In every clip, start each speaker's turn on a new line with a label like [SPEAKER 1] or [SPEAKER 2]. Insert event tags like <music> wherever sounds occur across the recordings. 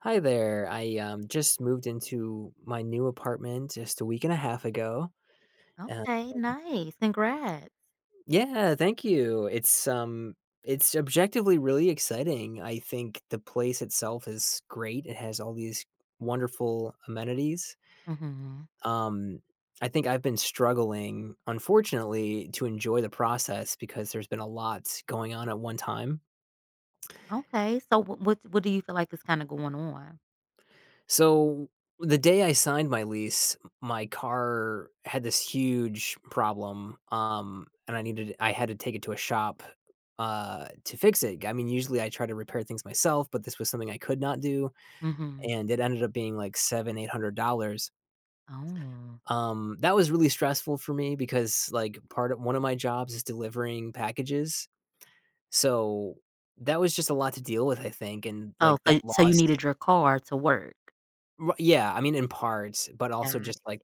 [SPEAKER 1] Hi there. I just moved into my new apartment just a week and a half ago. Uh,
[SPEAKER 2] Okay, nice. Congrats.
[SPEAKER 1] yeah, thank you. It's objectively really exciting. I think the place itself is great. It has all these wonderful amenities.
[SPEAKER 2] Mhm.
[SPEAKER 1] Um, I think I've been struggling, unfortunately, to enjoy the process because there's been a lot going on at one time.
[SPEAKER 2] Okay, so wh what do you feel like is kinda going on?
[SPEAKER 1] So the day I signed my lease, my car had this huge problem, and I had to take it to a shop to fix it. I mean, usually I try to repair things myself, but this was something I could not do,
[SPEAKER 2] Mhm.
[SPEAKER 1] and it ended up being like seven eight hundred dollars.
[SPEAKER 2] Oh.
[SPEAKER 1] That was really stressful for me because like part of one of my jobs is delivering packages, so that was just a lot to deal with. I think, and
[SPEAKER 2] Oh,
[SPEAKER 1] like that
[SPEAKER 2] so you
[SPEAKER 1] loss.
[SPEAKER 2] needed your car to work.
[SPEAKER 1] Ri Yeah, I mean, in parts, but
[SPEAKER 2] Got
[SPEAKER 1] also just,
[SPEAKER 2] it.
[SPEAKER 1] like,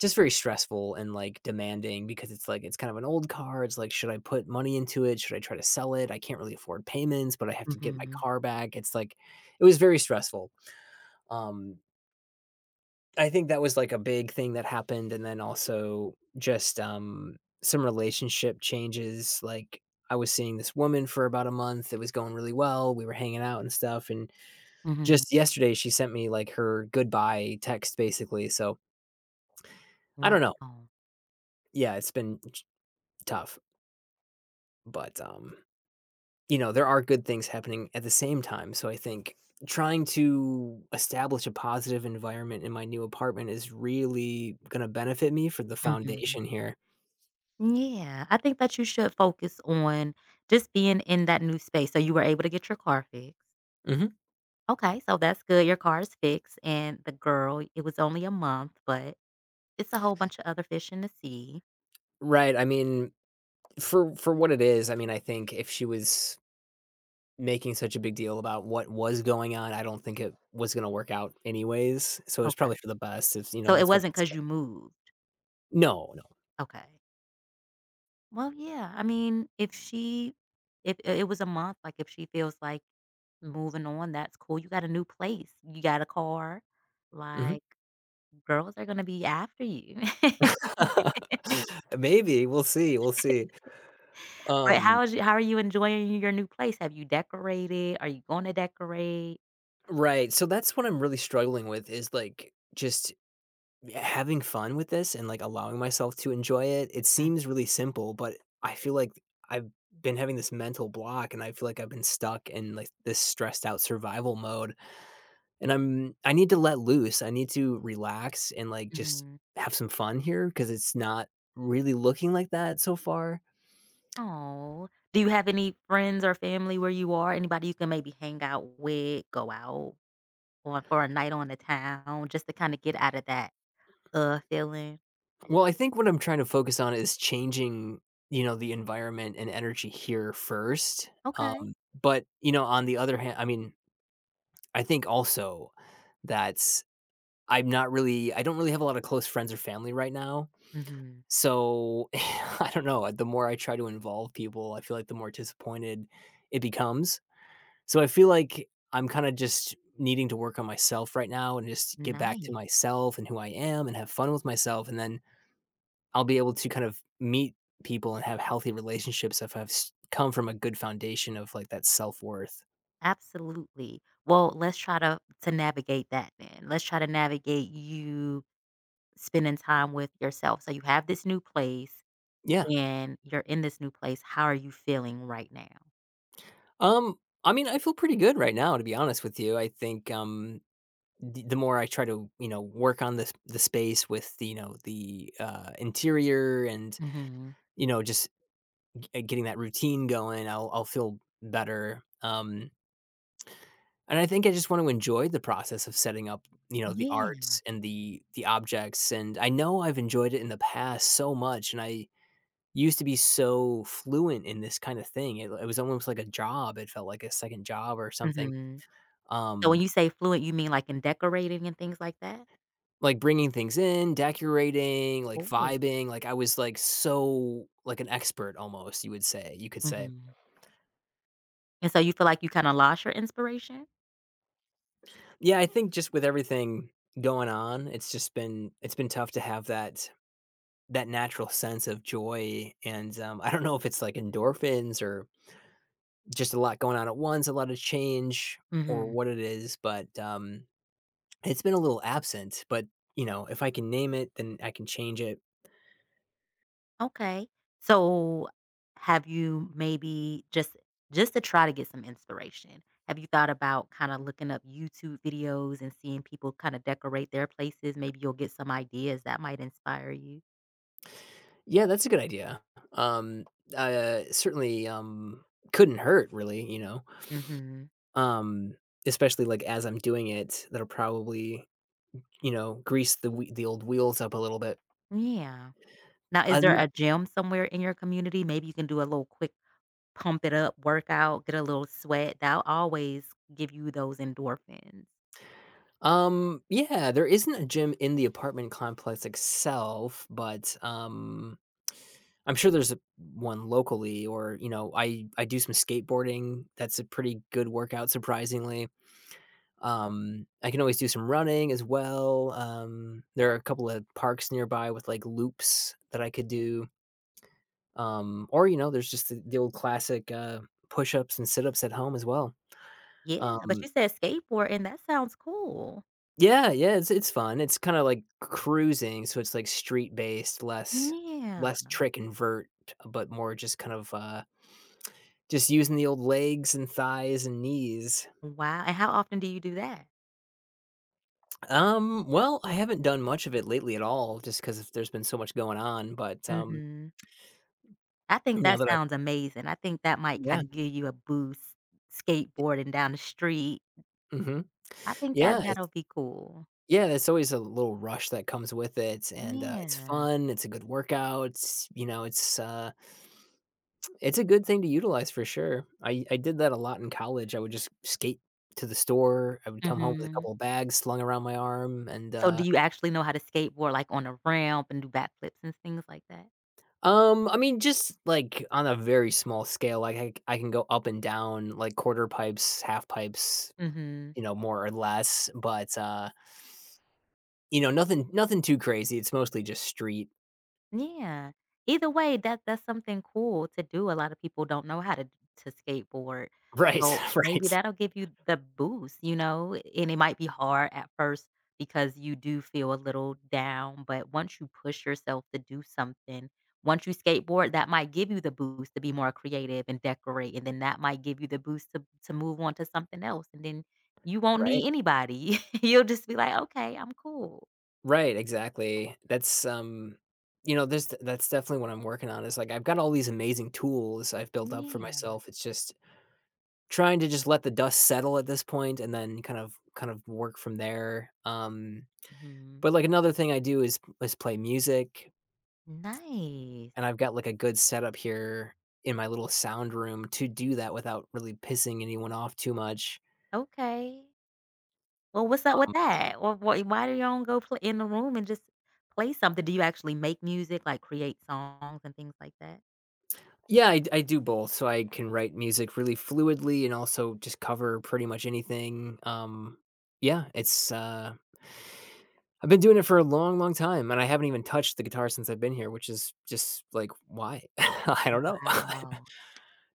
[SPEAKER 1] just very stressful and, like, demanding because it's, like, it's kind of an old car, it's, like, should I put money into it? Should I try to sell it? I can't really afford payments, but I have to get my
[SPEAKER 2] Mhm.
[SPEAKER 1] car back. It's, like, it was very stressful. Um, I think that was, like, a big thing that happened, and then also just, some relationship changes, like, I was seeing this woman for about a month, it was going really well, we were hanging out and stuff, and
[SPEAKER 2] Mhm.
[SPEAKER 1] just yesterday, she sent me, like, her goodbye text, basically, so I don't know.
[SPEAKER 2] Wow.
[SPEAKER 1] Yeah, it's been ch tough, but, you know, there are good things happening at the same time, so I think trying to establish a positive environment in my new apartment is really gonna benefit me for the
[SPEAKER 2] Mhm.
[SPEAKER 1] foundation here.
[SPEAKER 2] Yeah, I think that you should focus on just being in that new space, so you were able to get your car fixed.
[SPEAKER 1] Mhm.
[SPEAKER 2] Okay, so that's good, your car is fixed, and the girl it was only a month, but it's a whole bunch of other fish in the sea.
[SPEAKER 1] Right, I mean, for what it is, I mean, I think if she was making such a big deal about what was going on, I don't think it was gonna work out anyways, so it's
[SPEAKER 2] Okay.
[SPEAKER 1] probably for the best if, you
[SPEAKER 2] So
[SPEAKER 1] know,
[SPEAKER 2] it
[SPEAKER 1] that's what.
[SPEAKER 2] wasn't not because you moved.
[SPEAKER 1] No, no.
[SPEAKER 2] Okay. Well, yeah. I mean, if she if it was a month, like, if she feels like moving on, that's cool. You got a new place, you got a car,
[SPEAKER 1] Mhm.
[SPEAKER 2] like, girls are gonna be after you. <laughs>
[SPEAKER 1] <laughs> Maybe, we'll see, we'll see.
[SPEAKER 2] But
[SPEAKER 1] Um,
[SPEAKER 2] how are you enjoying your new place? Have you decorated? Are you gonna decorate?
[SPEAKER 1] right, so that's what I'm really struggling with is, like, just having fun with this and, like, allowing myself to enjoy it. It
[SPEAKER 2] Mm,
[SPEAKER 1] seems really simple, but I feel like I've been having this mental block, and I feel like I've been stuck in, like, this stressed out survival mode, and I need to let loose. I need to relax and, like, just
[SPEAKER 2] mhm.
[SPEAKER 1] have some fun here because it's not really looking like that so far.
[SPEAKER 2] Aw. Do you have any friends or family where you are? Anybody you can maybe hang out with, go out on for a night on the town just to kinda get out of that, feeling?
[SPEAKER 1] Well, I think what I'm trying to focus on is changing, you know, the environment and energy here first.
[SPEAKER 2] Okay.
[SPEAKER 1] Um, but, you know, on the other hand, I mean, I think also that I don't really have a lot of close friends or family right now.
[SPEAKER 2] Mhm.
[SPEAKER 1] So <laughs> I don't know. The more I try to involve people, I feel like the more disappointed it becomes. So I feel like I'm kind of just needing to work on myself right now and just get back to
[SPEAKER 2] Nice.
[SPEAKER 1] myself and who I am and have fun with myself. And then I'll be able to kind of meet people and have healthy relationships if I've come from a good foundation of like that self worth.
[SPEAKER 2] Absolutely. Well, let's try to navigate that then. Let's try to navigate you spending time with yourself. So you have this new place
[SPEAKER 1] Yeah.
[SPEAKER 2] and you're in this new place. How are you feeling right now?
[SPEAKER 1] Um. I mean, I feel pretty good right now, to be honest with you. I think the more I try to, you know, work on this the space with the, you know, the interior and,
[SPEAKER 2] Hmm.
[SPEAKER 1] you know, just getting that routine going, I'll feel better. And I think I just want to enjoy the process of setting up, you know, the
[SPEAKER 2] Yeah.
[SPEAKER 1] arts and the objects, and I know I've enjoyed it in the past so much, and I used to be so fluent in this kind of thing. It was almost like a job, it felt like a second job or something.
[SPEAKER 2] Hmm. So when
[SPEAKER 1] Um,
[SPEAKER 2] you say fluent, you mean like in decorating and things like that?
[SPEAKER 1] like bringing things in, decorating, like
[SPEAKER 2] Cool.
[SPEAKER 1] vibing, like I was like so like an expert almost, you would say, you could say.
[SPEAKER 2] Hmm. And so you feel like you kind of lost your inspiration?
[SPEAKER 1] Yeah, I think just with everything going on, it's just been it's been tough to have that. Natural sense of joy, and, I don't know if it's, like, endorphins or just a lot going on at once, a lot of change or what
[SPEAKER 2] Hmm.
[SPEAKER 1] it is, but, it's been a little absent, but, you know, if I can name it, then I can change it.
[SPEAKER 2] Okay. So have you maybe just to try to get some inspiration, have you thought about kind of looking up YouTube videos and seeing people kind of decorate their places? Maybe you'll get some ideas that might inspire you.
[SPEAKER 1] Yeah, that's a good idea. Um, certainly, couldn't hurt really, you know?
[SPEAKER 2] Mhm.
[SPEAKER 1] Um, especially, like, as I'm doing it, that'll probably, you know, grease the whe the old wheels up a little bit.
[SPEAKER 2] Yeah. Now, is
[SPEAKER 1] Uh,
[SPEAKER 2] there a gym somewhere in your community? Maybe you can do a little quick pump it up workout, get a little sweat. That'll always give you those endorphins.
[SPEAKER 1] Yeah, there isn't a gym in the apartment complex itself, but I'm sure there's a one locally or, you know, I do some skateboarding. That's a pretty good workout surprisingly. I can always do some running as well. There are a couple of parks nearby with like loops that I could do. Or, you know, there's just the old classic push-ups and sit-ups at home as well.
[SPEAKER 2] Yeah, but
[SPEAKER 1] um,
[SPEAKER 2] you said skateboard and that sounds cool.
[SPEAKER 1] Yeah, yeah, it's fun. It's kinda like cruising, so it's, like, street-based, less
[SPEAKER 2] Yeah.
[SPEAKER 1] less trick and vert, but more just kind of, just using the old legs and thighs and knees.
[SPEAKER 2] Wow, and how often do you do that?
[SPEAKER 1] Well, I haven't done much of it lately at all, just 'cause there's been so much going on, but,
[SPEAKER 2] Mhm. I think
[SPEAKER 1] now
[SPEAKER 2] that
[SPEAKER 1] that I.
[SPEAKER 2] sounds amazing. I think that might
[SPEAKER 1] Yeah,
[SPEAKER 2] kinda give you a boost skateboarding down the street.
[SPEAKER 1] mhm.
[SPEAKER 2] I think that
[SPEAKER 1] Yeah,
[SPEAKER 2] that'll
[SPEAKER 1] it's,
[SPEAKER 2] be cool.
[SPEAKER 1] yeah, there's always a little rush that comes with it, and, it's
[SPEAKER 2] Yeah.
[SPEAKER 1] fun, it's a good workout, you know, it's, it's a good thing to utilize for sure. I did that a lot in college. I would just skate to the store. I would come home with a
[SPEAKER 2] Mhm.
[SPEAKER 1] couple of bags slung around my arm and,
[SPEAKER 2] So do you actually know how to skateboard, like, on a ramp and do backflips and things like that?
[SPEAKER 1] I mean, just, like, on a very small scale, like, I can go up and down, like, quarter pipes, half pipes,
[SPEAKER 2] Mhm.
[SPEAKER 1] you know, more or less, but, you know, nothing too crazy. It's mostly just street.
[SPEAKER 2] Yeah. Either way, that's something cool to do. A lot of people don't know how to skateboard.
[SPEAKER 1] <laughs> Right,
[SPEAKER 2] So maybe
[SPEAKER 1] right,
[SPEAKER 2] that'll give you the boost, you know, and it might be hard at first because you do feel a little down, but once you push yourself to do something, once you skateboard, that might give you the boost to be more creative and decorate, and then that might give you the boost to move on to something else, and then you won't need
[SPEAKER 1] right.
[SPEAKER 2] anybody. <laughs> You'll just be like, "Okay, I'm cool."
[SPEAKER 1] Right, exactly. That's, you know, this that's definitely what I'm working on is, like, I've got all these amazing tools I've built up for
[SPEAKER 2] Yeah.
[SPEAKER 1] myself, it's just trying to just let the dust settle at this point and then kind of work from there,
[SPEAKER 2] Mhm.
[SPEAKER 1] but, like, another thing I do is play music,
[SPEAKER 2] Nice.
[SPEAKER 1] and I've got, like, a good setup here in my little sound room to do that without really pissing anyone off too much.
[SPEAKER 2] Okay. Well, what's up with that? Or wh why do y'all don't go play in the room and just play something? Do you actually make music, like, create songs and things like that?
[SPEAKER 1] Yeah, I do both. So I can write music really fluidly and also just cover pretty much anything. Yeah, it's, I've been doing it for a long, long time, and I haven't even touched the guitar since I've been here, which is just like, why? <laughs> I don't know. <laughs>
[SPEAKER 2] Wow.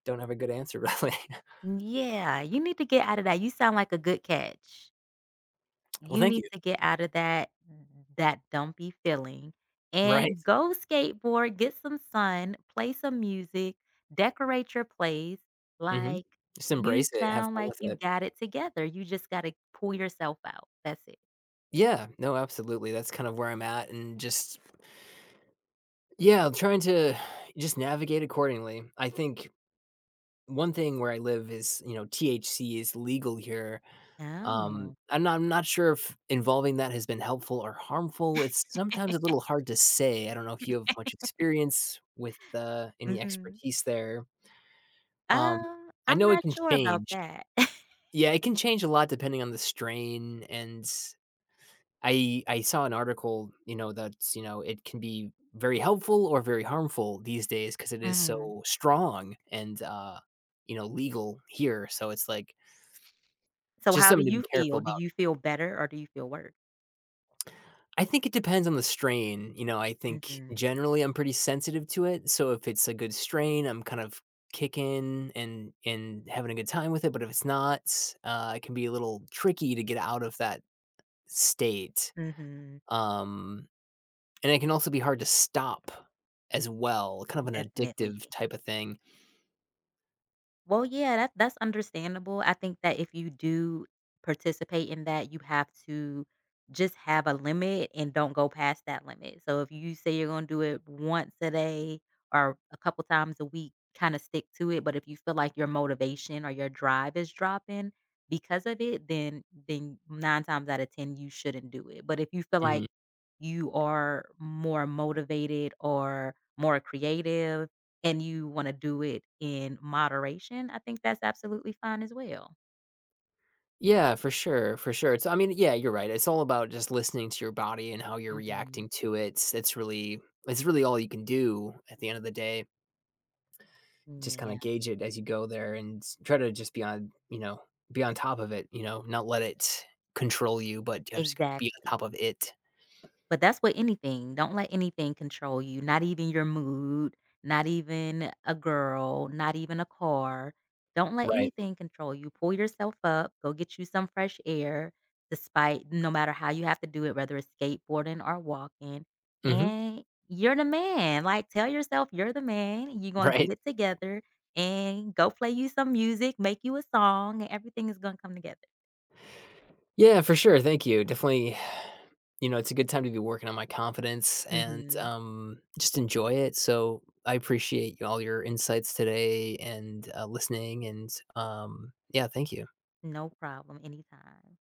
[SPEAKER 1] Don't have a good answer really.
[SPEAKER 2] Yeah, you need to get out of that. You sound like a good catch.
[SPEAKER 1] <laughs> Well,
[SPEAKER 2] You
[SPEAKER 1] thank
[SPEAKER 2] need
[SPEAKER 1] you.
[SPEAKER 2] to get out of that dumpy feeling
[SPEAKER 1] Right.
[SPEAKER 2] and go skateboard, get some sun, play some music, decorate your place.
[SPEAKER 1] Hmm.
[SPEAKER 2] Like,
[SPEAKER 1] Just
[SPEAKER 2] you
[SPEAKER 1] embrace it. Have
[SPEAKER 2] sound
[SPEAKER 1] fun
[SPEAKER 2] like
[SPEAKER 1] with
[SPEAKER 2] you
[SPEAKER 1] it.
[SPEAKER 2] got it together. You just gotta pull yourself out. That's it.
[SPEAKER 1] Yeah. No, absolutely. That's kind of where I'm at, and just, yeah, trying to just navigate accordingly. I think one thing where I live is, you know, THC is legal here.
[SPEAKER 2] Oh.
[SPEAKER 1] I'm not sure if involving that has been helpful or harmful. It's sometimes a little hard to say. I don't know if you have much experience with, any
[SPEAKER 2] Mhm.
[SPEAKER 1] expertise there. Um, I
[SPEAKER 2] I'm
[SPEAKER 1] know it
[SPEAKER 2] not
[SPEAKER 1] can
[SPEAKER 2] sure about
[SPEAKER 1] change.
[SPEAKER 2] that. <laughs>
[SPEAKER 1] Yeah, it can change a lot depending on the strain, and I saw an article, you know, that's, you know, it can be very helpful or very harmful these days because it is
[SPEAKER 2] Mhm.
[SPEAKER 1] so strong and, you know, legal here, so it's, like,
[SPEAKER 2] So
[SPEAKER 1] just
[SPEAKER 2] how do
[SPEAKER 1] something to be
[SPEAKER 2] you
[SPEAKER 1] careful
[SPEAKER 2] feel? Do
[SPEAKER 1] about.
[SPEAKER 2] you feel better or do you feel worse?
[SPEAKER 1] I think it depends on the strain, you know, I think
[SPEAKER 2] Mhm.
[SPEAKER 1] generally I'm pretty sensitive to it, so if it's a good strain, I'm kind of kicking and having a good time with it, but if it's not, it can be a little tricky to get out of that state,
[SPEAKER 2] Mhm.
[SPEAKER 1] um, and it can also be hard to stop as well, kind of an
[SPEAKER 2] Definitely.
[SPEAKER 1] addictive type of thing.
[SPEAKER 2] Well, yeah, that's understandable. I think that if you do participate in that, you have to just have a limit and don't go past that limit. So if you say you're going to do it once a day or a couple times a week, kind of stick to it, but if you feel like your motivation or your drive is dropping because of it, then 9 times out of 10 you shouldn't do it. But if you feel like
[SPEAKER 1] Mhm.
[SPEAKER 2] you are more motivated or more creative and you want to do it in moderation, I think that's absolutely fine as well.
[SPEAKER 1] Yeah, for sure, it's, I mean, yeah, you're right, it's all about just listening to your body and how you're
[SPEAKER 2] Mhm.
[SPEAKER 1] reacting to it, it's really all you can do at the end of the day. Just kinda
[SPEAKER 2] Yeah,
[SPEAKER 1] gauge it as you go there and s try to just be on, you know, be on top of it, you know, not let it control you, but yeah, just be on top
[SPEAKER 2] exactly.
[SPEAKER 1] of it.
[SPEAKER 2] But that's with anything. Don't let anything control you, not even your mood, not even a girl, not even a car. Don't let
[SPEAKER 1] Right.
[SPEAKER 2] anything control you. Pull yourself up, go get you some fresh air, despite no matter how you have to do it, whether it's skateboarding or walking.
[SPEAKER 1] Mhm.
[SPEAKER 2] And you're the man. Like, tell yourself you're the man. You're going to get
[SPEAKER 1] Right.
[SPEAKER 2] it together and go play you some music, make you a song, and everything is going to come together.
[SPEAKER 1] Yeah, for sure, thank you. Definitely, you know, it's a good time to be working on my confidence and,
[SPEAKER 2] Hmm.
[SPEAKER 1] just enjoy it, so I appreciate all your insights today and, listening and, yeah, thank you.
[SPEAKER 2] No problem. Anytime.